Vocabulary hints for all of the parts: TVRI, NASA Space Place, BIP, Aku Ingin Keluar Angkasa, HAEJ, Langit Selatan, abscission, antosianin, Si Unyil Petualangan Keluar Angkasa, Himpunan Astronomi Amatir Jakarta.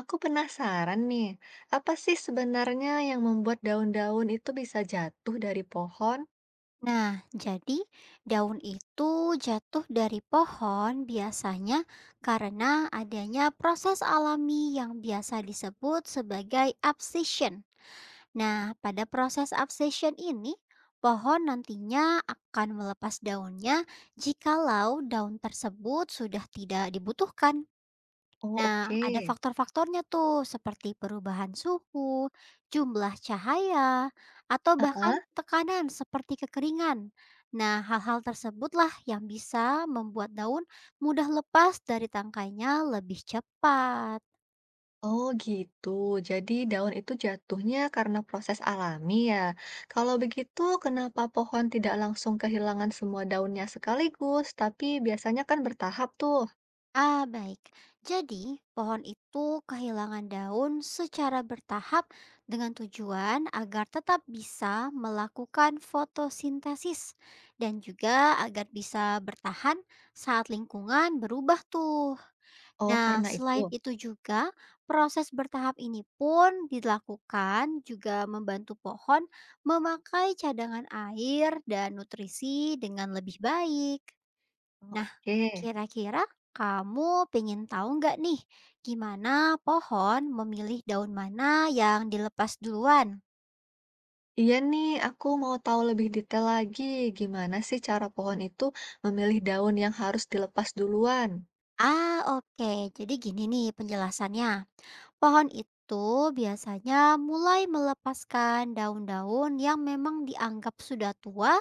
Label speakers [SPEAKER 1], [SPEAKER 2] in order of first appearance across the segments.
[SPEAKER 1] Aku penasaran nih, apa sih sebenarnya yang membuat daun-daun itu bisa jatuh dari pohon?
[SPEAKER 2] Nah, jadi daun itu jatuh dari pohon biasanya karena adanya proses alami yang biasa disebut sebagai abscission. Nah, pada proses abscission ini, pohon nantinya akan melepas daunnya jikalau daun tersebut sudah tidak dibutuhkan.
[SPEAKER 1] Oh,
[SPEAKER 2] Nah,
[SPEAKER 1] oke.
[SPEAKER 2] ada faktor-faktornya tuh seperti perubahan suhu, jumlah cahaya, atau bahkan
[SPEAKER 1] ah,
[SPEAKER 2] tekanan seperti kekeringan. Nah, hal-hal tersebutlah yang bisa membuat daun mudah lepas dari tangkainya lebih cepat.
[SPEAKER 1] Oh, gitu. Jadi daun itu jatuhnya karena proses alami ya. Kalau begitu, kenapa pohon tidak langsung kehilangan semua daunnya sekaligus, tapi biasanya kan bertahap tuh.
[SPEAKER 2] Baik. Jadi, pohon itu kehilangan daun secara bertahap dengan tujuan agar tetap bisa melakukan fotosintesis dan juga agar bisa bertahan saat lingkungan berubah tuh.
[SPEAKER 1] Oh,
[SPEAKER 2] Nah,
[SPEAKER 1] karena itu.
[SPEAKER 2] selain itu juga proses bertahap ini pun dilakukan juga membantu pohon memakai cadangan air dan nutrisi dengan lebih baik.
[SPEAKER 1] Oh, oke.
[SPEAKER 2] Kira-kira kamu pengen tahu nggak nih gimana pohon memilih daun mana yang dilepas duluan?
[SPEAKER 1] Iya nih, aku mau tahu lebih detail lagi gimana sih cara pohon itu memilih daun yang harus dilepas duluan.
[SPEAKER 2] Oke. Jadi gini nih penjelasannya. Pohon itu biasanya mulai melepaskan daun-daun yang memang dianggap sudah tua,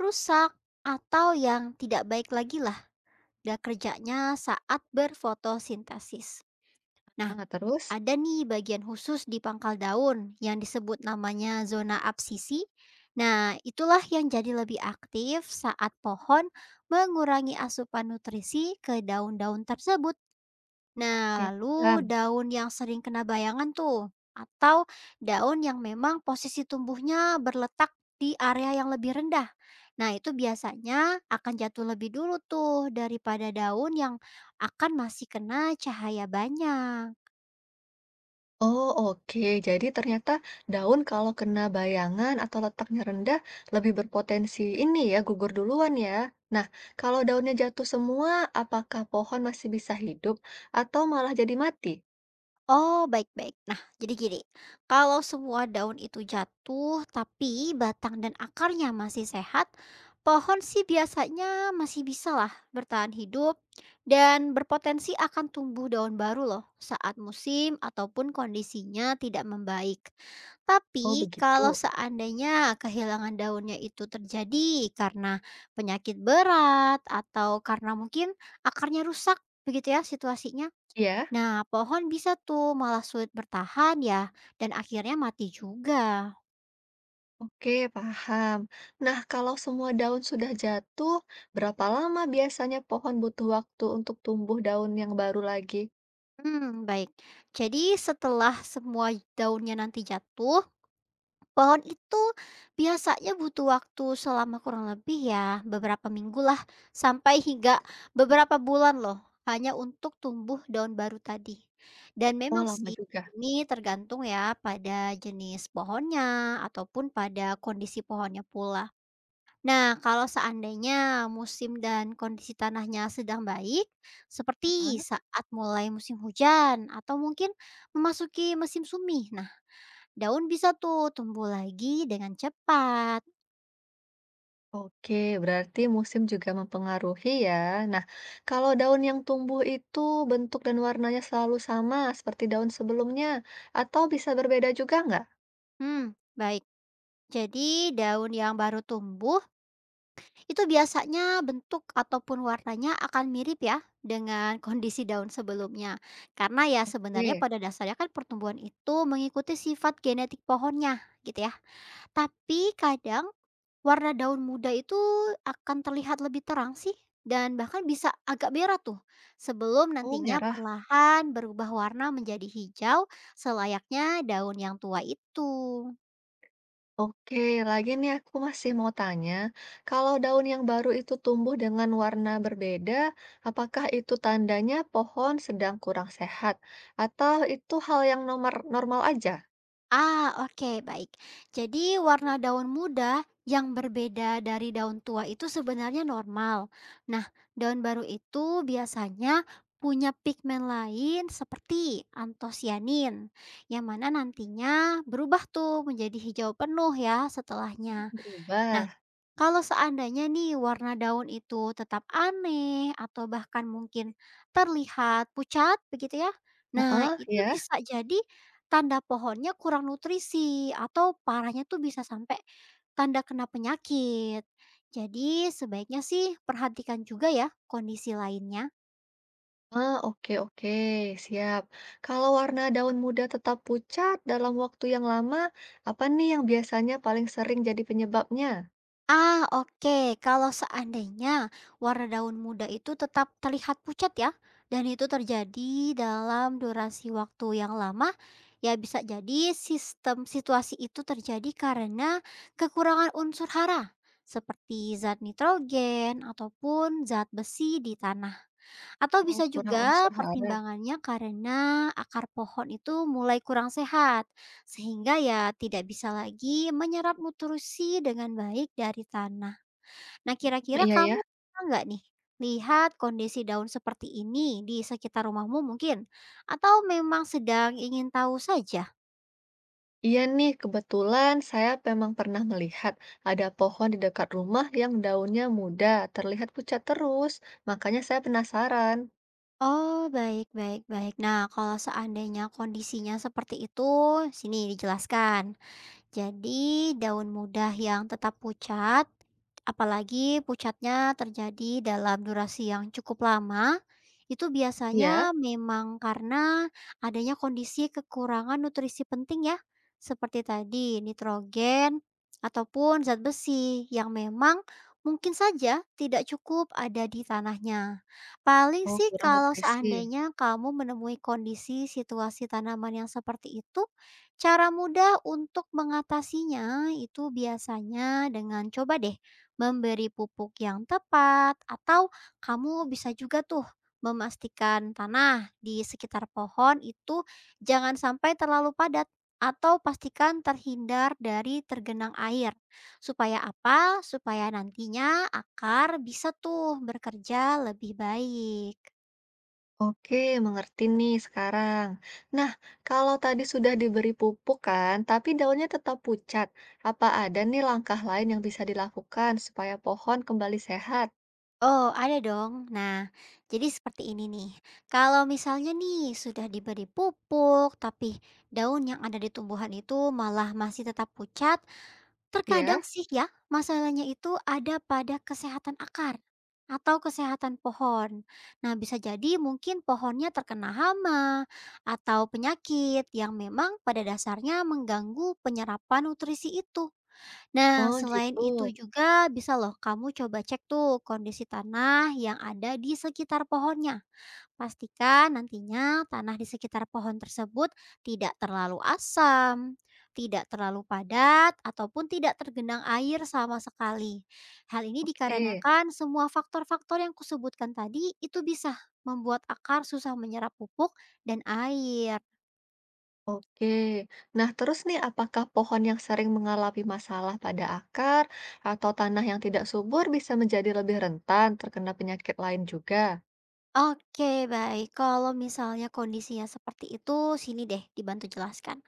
[SPEAKER 2] rusak, atau yang tidak baik lagi lah dan kerjanya saat berfotosintesis. Nah,
[SPEAKER 1] Ah, terus?
[SPEAKER 2] ada nih bagian khusus di pangkal daun yang disebut namanya zona absisi. Nah, itulah yang jadi lebih aktif saat pohon mengurangi asupan nutrisi ke daun-daun tersebut. Nah,
[SPEAKER 1] Oke,
[SPEAKER 2] lalu
[SPEAKER 1] paham.
[SPEAKER 2] daun yang sering kena bayangan tuh atau daun yang memang posisi tumbuhnya berletak di area yang lebih rendah. Nah, itu biasanya akan jatuh lebih dulu tuh daripada daun yang akan masih kena cahaya banyak.
[SPEAKER 1] Oh, oke. Jadi ternyata daun kalau kena bayangan atau letaknya rendah lebih berpotensi ini ya gugur duluan ya. Nah, kalau daunnya jatuh semua, apakah pohon masih bisa hidup atau malah jadi mati?
[SPEAKER 2] Oh, baik-baik. Nah, jadi gini, kalau semua daun itu jatuh, tapi batang dan akarnya masih sehat, pohon sih biasanya masih bisa lah bertahan hidup dan berpotensi akan tumbuh daun baru loh saat musim ataupun kondisinya tidak membaik.
[SPEAKER 1] Oh,
[SPEAKER 2] Tapi kalau
[SPEAKER 1] begitu.
[SPEAKER 2] seandainya kehilangan daunnya itu terjadi karena penyakit berat atau karena mungkin akarnya rusak, begitu ya situasinya.
[SPEAKER 1] Ya.
[SPEAKER 2] Nah, pohon bisa tuh malah sulit bertahan ya, dan akhirnya mati juga.
[SPEAKER 1] Oke, paham. Nah, kalau semua daun sudah jatuh, berapa lama biasanya pohon butuh waktu untuk tumbuh daun yang baru lagi?
[SPEAKER 2] Baik. Jadi setelah semua daunnya nanti jatuh, pohon itu biasanya butuh waktu selama kurang lebih ya beberapa minggu lah, sampai hingga beberapa bulan loh, hanya untuk tumbuh daun baru tadi. Dan
[SPEAKER 1] Oh,
[SPEAKER 2] memang
[SPEAKER 1] lama
[SPEAKER 2] sih
[SPEAKER 1] juga.
[SPEAKER 2] ini tergantung ya pada jenis pohonnya ataupun pada kondisi pohonnya pula. Nah, kalau seandainya musim dan kondisi tanahnya sedang baik, seperti
[SPEAKER 1] Ah.
[SPEAKER 2] saat mulai musim hujan atau mungkin memasuki musim sumi, nah daun bisa tuh tumbuh lagi dengan cepat.
[SPEAKER 1] Oke, berarti musim juga mempengaruhi ya. Nah, kalau daun yang tumbuh itu bentuk dan warnanya selalu sama seperti daun sebelumnya, atau bisa berbeda juga nggak?
[SPEAKER 2] Baik. Jadi daun yang baru tumbuh itu biasanya bentuk ataupun warnanya akan mirip ya dengan kondisi daun sebelumnya. Karena ya sebenarnya
[SPEAKER 1] Oke,
[SPEAKER 2] pada dasarnya kan pertumbuhan itu mengikuti sifat genetik pohonnya gitu ya. Tapi kadang warna daun muda itu akan terlihat lebih terang sih dan bahkan bisa agak merah tuh sebelum
[SPEAKER 1] oh
[SPEAKER 2] nantinya
[SPEAKER 1] merah.
[SPEAKER 2] perlahan berubah warna menjadi hijau selayaknya daun yang tua itu.
[SPEAKER 1] Oke, lagi nih aku masih mau tanya, kalau daun yang baru itu tumbuh dengan warna berbeda, apakah itu tandanya pohon sedang kurang sehat, atau itu hal yang nomor normal aja?
[SPEAKER 2] Oke, baik. Jadi, warna daun muda yang berbeda dari daun tua itu sebenarnya normal. Nah, daun baru itu biasanya punya pigmen lain seperti antosianin, yang mana nantinya berubah tuh menjadi hijau penuh ya setelahnya. Nah,
[SPEAKER 1] Berubah.
[SPEAKER 2] kalau seandainya nih warna daun itu tetap aneh atau bahkan mungkin terlihat pucat begitu ya. Nah,
[SPEAKER 1] Heeh,
[SPEAKER 2] itu
[SPEAKER 1] ya.
[SPEAKER 2] bisa jadi tanda pohonnya kurang nutrisi atau parahnya tuh bisa sampai tanda kena penyakit. Jadi sebaiknya sih perhatikan juga ya kondisi lainnya.
[SPEAKER 1] Ah, oke oke, siap. Kalau warna daun muda tetap pucat dalam waktu yang lama, apa nih yang biasanya paling sering jadi penyebabnya?
[SPEAKER 2] Oke. Kalau seandainya warna daun muda itu tetap terlihat pucat ya, dan itu terjadi dalam durasi waktu yang lama, ya bisa jadi sistem situasi itu terjadi karena kekurangan unsur hara, seperti zat nitrogen ataupun zat besi di tanah. Atau
[SPEAKER 1] Oh,
[SPEAKER 2] bisa
[SPEAKER 1] kurang
[SPEAKER 2] juga
[SPEAKER 1] unsur hara.
[SPEAKER 2] pertimbangannya karena akar pohon itu mulai kurang sehat, sehingga ya tidak bisa lagi menyerap nutrisi dengan baik dari tanah. Nah,
[SPEAKER 1] Hmm,
[SPEAKER 2] kira-kira
[SPEAKER 1] iya ya.
[SPEAKER 2] kamu pernah nggak nih lihat kondisi daun seperti ini di sekitar rumahmu mungkin? Atau memang sedang ingin tahu saja?
[SPEAKER 1] Iya nih, kebetulan saya memang pernah melihat ada pohon di dekat rumah yang daunnya muda, terlihat pucat terus. Makanya saya penasaran.
[SPEAKER 2] Oh, baik, baik, baik. Nah, kalau seandainya kondisinya seperti itu, sini dijelaskan. Jadi, daun muda yang tetap pucat, apalagi pucatnya terjadi dalam durasi yang cukup lama, itu
[SPEAKER 1] Iya?
[SPEAKER 2] biasanya memang karena adanya kondisi kekurangan nutrisi penting ya, seperti tadi nitrogen ataupun zat besi yang memang mungkin saja tidak cukup ada di tanahnya. Paling
[SPEAKER 1] Oh,
[SPEAKER 2] sih
[SPEAKER 1] kurang
[SPEAKER 2] kalau
[SPEAKER 1] nutrisi.
[SPEAKER 2] seandainya kamu menemui kondisi situasi tanaman yang seperti itu, cara mudah untuk mengatasinya itu biasanya dengan coba deh memberi pupuk yang tepat atau kamu bisa juga tuh memastikan tanah di sekitar pohon itu jangan sampai terlalu padat atau pastikan terhindar dari tergenang air. Supaya apa? Supaya nantinya akar bisa tuh bekerja lebih baik.
[SPEAKER 1] Oke, mengerti nih sekarang. Nah, kalau tadi sudah diberi pupuk kan, tapi daunnya tetap pucat. Apa ada nih langkah lain yang bisa dilakukan supaya pohon kembali sehat?
[SPEAKER 2] Oh, ada dong. Nah, jadi seperti ini nih. Kalau misalnya nih sudah diberi pupuk, tapi daun yang ada di tumbuhan itu malah masih tetap pucat,
[SPEAKER 1] Ya?
[SPEAKER 2] terkadang sih ya masalahnya itu ada pada kesehatan akar atau kesehatan pohon. Nah, bisa jadi mungkin pohonnya terkena hama atau penyakit yang memang pada dasarnya mengganggu penyerapan nutrisi itu. Nah,
[SPEAKER 1] Oh,
[SPEAKER 2] selain itu
[SPEAKER 1] gitu.
[SPEAKER 2] juga bisa loh kamu coba cek tuh kondisi tanah yang ada di sekitar pohonnya. Pastikan nantinya tanah di sekitar pohon tersebut tidak terlalu asam, tidak terlalu padat, ataupun tidak tergenang air sama sekali. Hal ini
[SPEAKER 1] Oke.
[SPEAKER 2] dikarenakan semua faktor-faktor yang kusebutkan tadi itu bisa membuat akar susah menyerap pupuk dan air.
[SPEAKER 1] Oke. Nah, terus nih apakah pohon yang sering mengalami masalah pada akar atau tanah yang tidak subur bisa menjadi lebih rentan terkena penyakit lain juga?
[SPEAKER 2] Oke, baik. Kalau misalnya kondisinya seperti itu, sini deh dibantu jelaskan.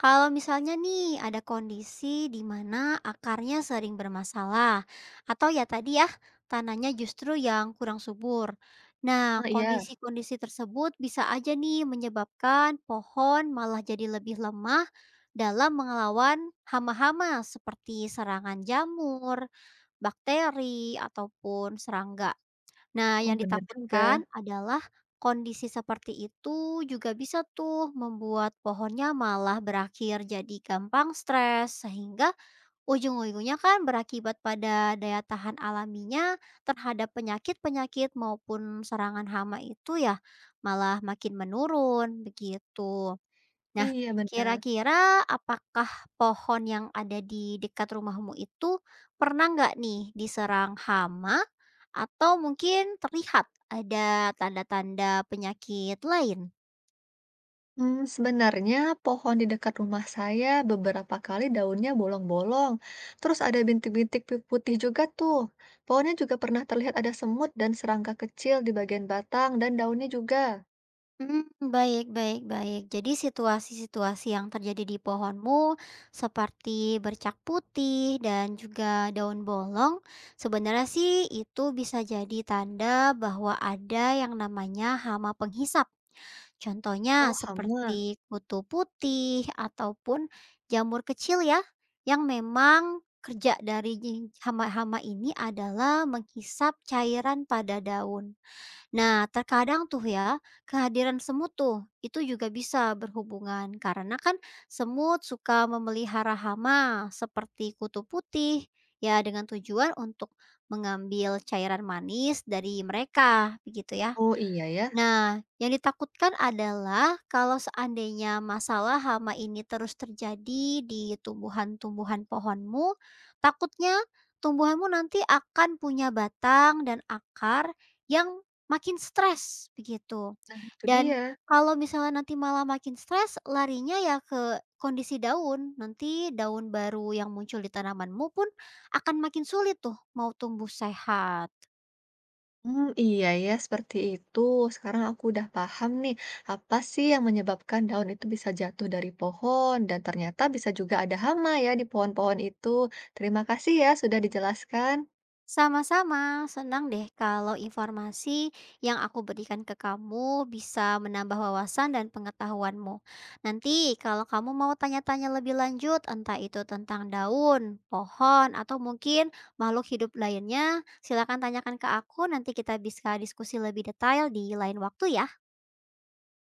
[SPEAKER 2] Kalau misalnya nih ada kondisi di mana akarnya sering bermasalah, atau ya tadi ya tanahnya justru yang kurang subur. Nah,
[SPEAKER 1] Ah, iya.
[SPEAKER 2] kondisi-kondisi tersebut bisa aja nih menyebabkan pohon malah jadi lebih lemah dalam mengelawan hama-hama seperti serangan jamur, bakteri, ataupun serangga. Nah,
[SPEAKER 1] Oh,
[SPEAKER 2] yang
[SPEAKER 1] benar juga.
[SPEAKER 2] ditakutkan adalah kondisi seperti itu juga bisa tuh membuat pohonnya malah berakhir jadi gampang stres, sehingga ujung-ujungnya kan berakibat pada daya tahan alaminya terhadap penyakit-penyakit maupun serangan hama itu ya malah makin menurun begitu. Nah,
[SPEAKER 1] Iya, benar.
[SPEAKER 2] kira-kira apakah pohon yang ada di dekat rumahmu itu pernah nggak nih diserang hama atau mungkin terlihat ada tanda-tanda penyakit lain?
[SPEAKER 1] Hmm, sebenarnya pohon di dekat rumah saya beberapa kali daunnya bolong-bolong. Terus ada bintik-bintik putih juga tuh. Pohonnya juga pernah terlihat ada semut dan serangga kecil di bagian batang dan daunnya juga.
[SPEAKER 2] Baik, baik, baik. Jadi situasi-situasi yang terjadi di pohonmu seperti bercak putih dan juga daun bolong, sebenarnya sih itu bisa jadi tanda bahwa ada yang namanya hama penghisap. Contohnya
[SPEAKER 1] Oh, hama.
[SPEAKER 2] seperti kutu putih ataupun jamur kecil ya, yang memang kerja dari hama-hama ini adalah menghisap cairan pada daun. Nah, terkadang tuh ya, kehadiran semut tuh itu juga bisa berhubungan karena kan semut suka memelihara hama seperti kutu putih ya dengan tujuan untuk mengambil cairan manis dari mereka begitu ya.
[SPEAKER 1] Oh iya ya,
[SPEAKER 2] Nah, yang ditakutkan adalah kalau seandainya masalah hama ini terus terjadi di tumbuhan-tumbuhan pohonmu, takutnya tumbuhanmu nanti akan punya batang dan akar yang makin stres begitu.
[SPEAKER 1] itu
[SPEAKER 2] Dan
[SPEAKER 1] dia.
[SPEAKER 2] kalau misalnya nanti malah makin stres, larinya ya ke kondisi daun. Nanti daun baru yang muncul di tanamanmu pun akan makin sulit tuh mau tumbuh sehat.
[SPEAKER 1] Hmm, iya ya, seperti itu. Sekarang aku udah paham nih, apa sih yang menyebabkan daun itu bisa jatuh dari pohon dan ternyata bisa juga ada hama ya di pohon-pohon itu. Terima kasih ya sudah dijelaskan.
[SPEAKER 2] Sama-sama, senang deh kalau informasi yang aku berikan ke kamu bisa menambah wawasan dan pengetahuanmu. Nanti kalau kamu mau tanya-tanya lebih lanjut, entah itu tentang daun, pohon, atau mungkin makhluk hidup lainnya, silakan tanyakan ke aku, nanti kita bisa diskusi lebih detail di lain waktu ya.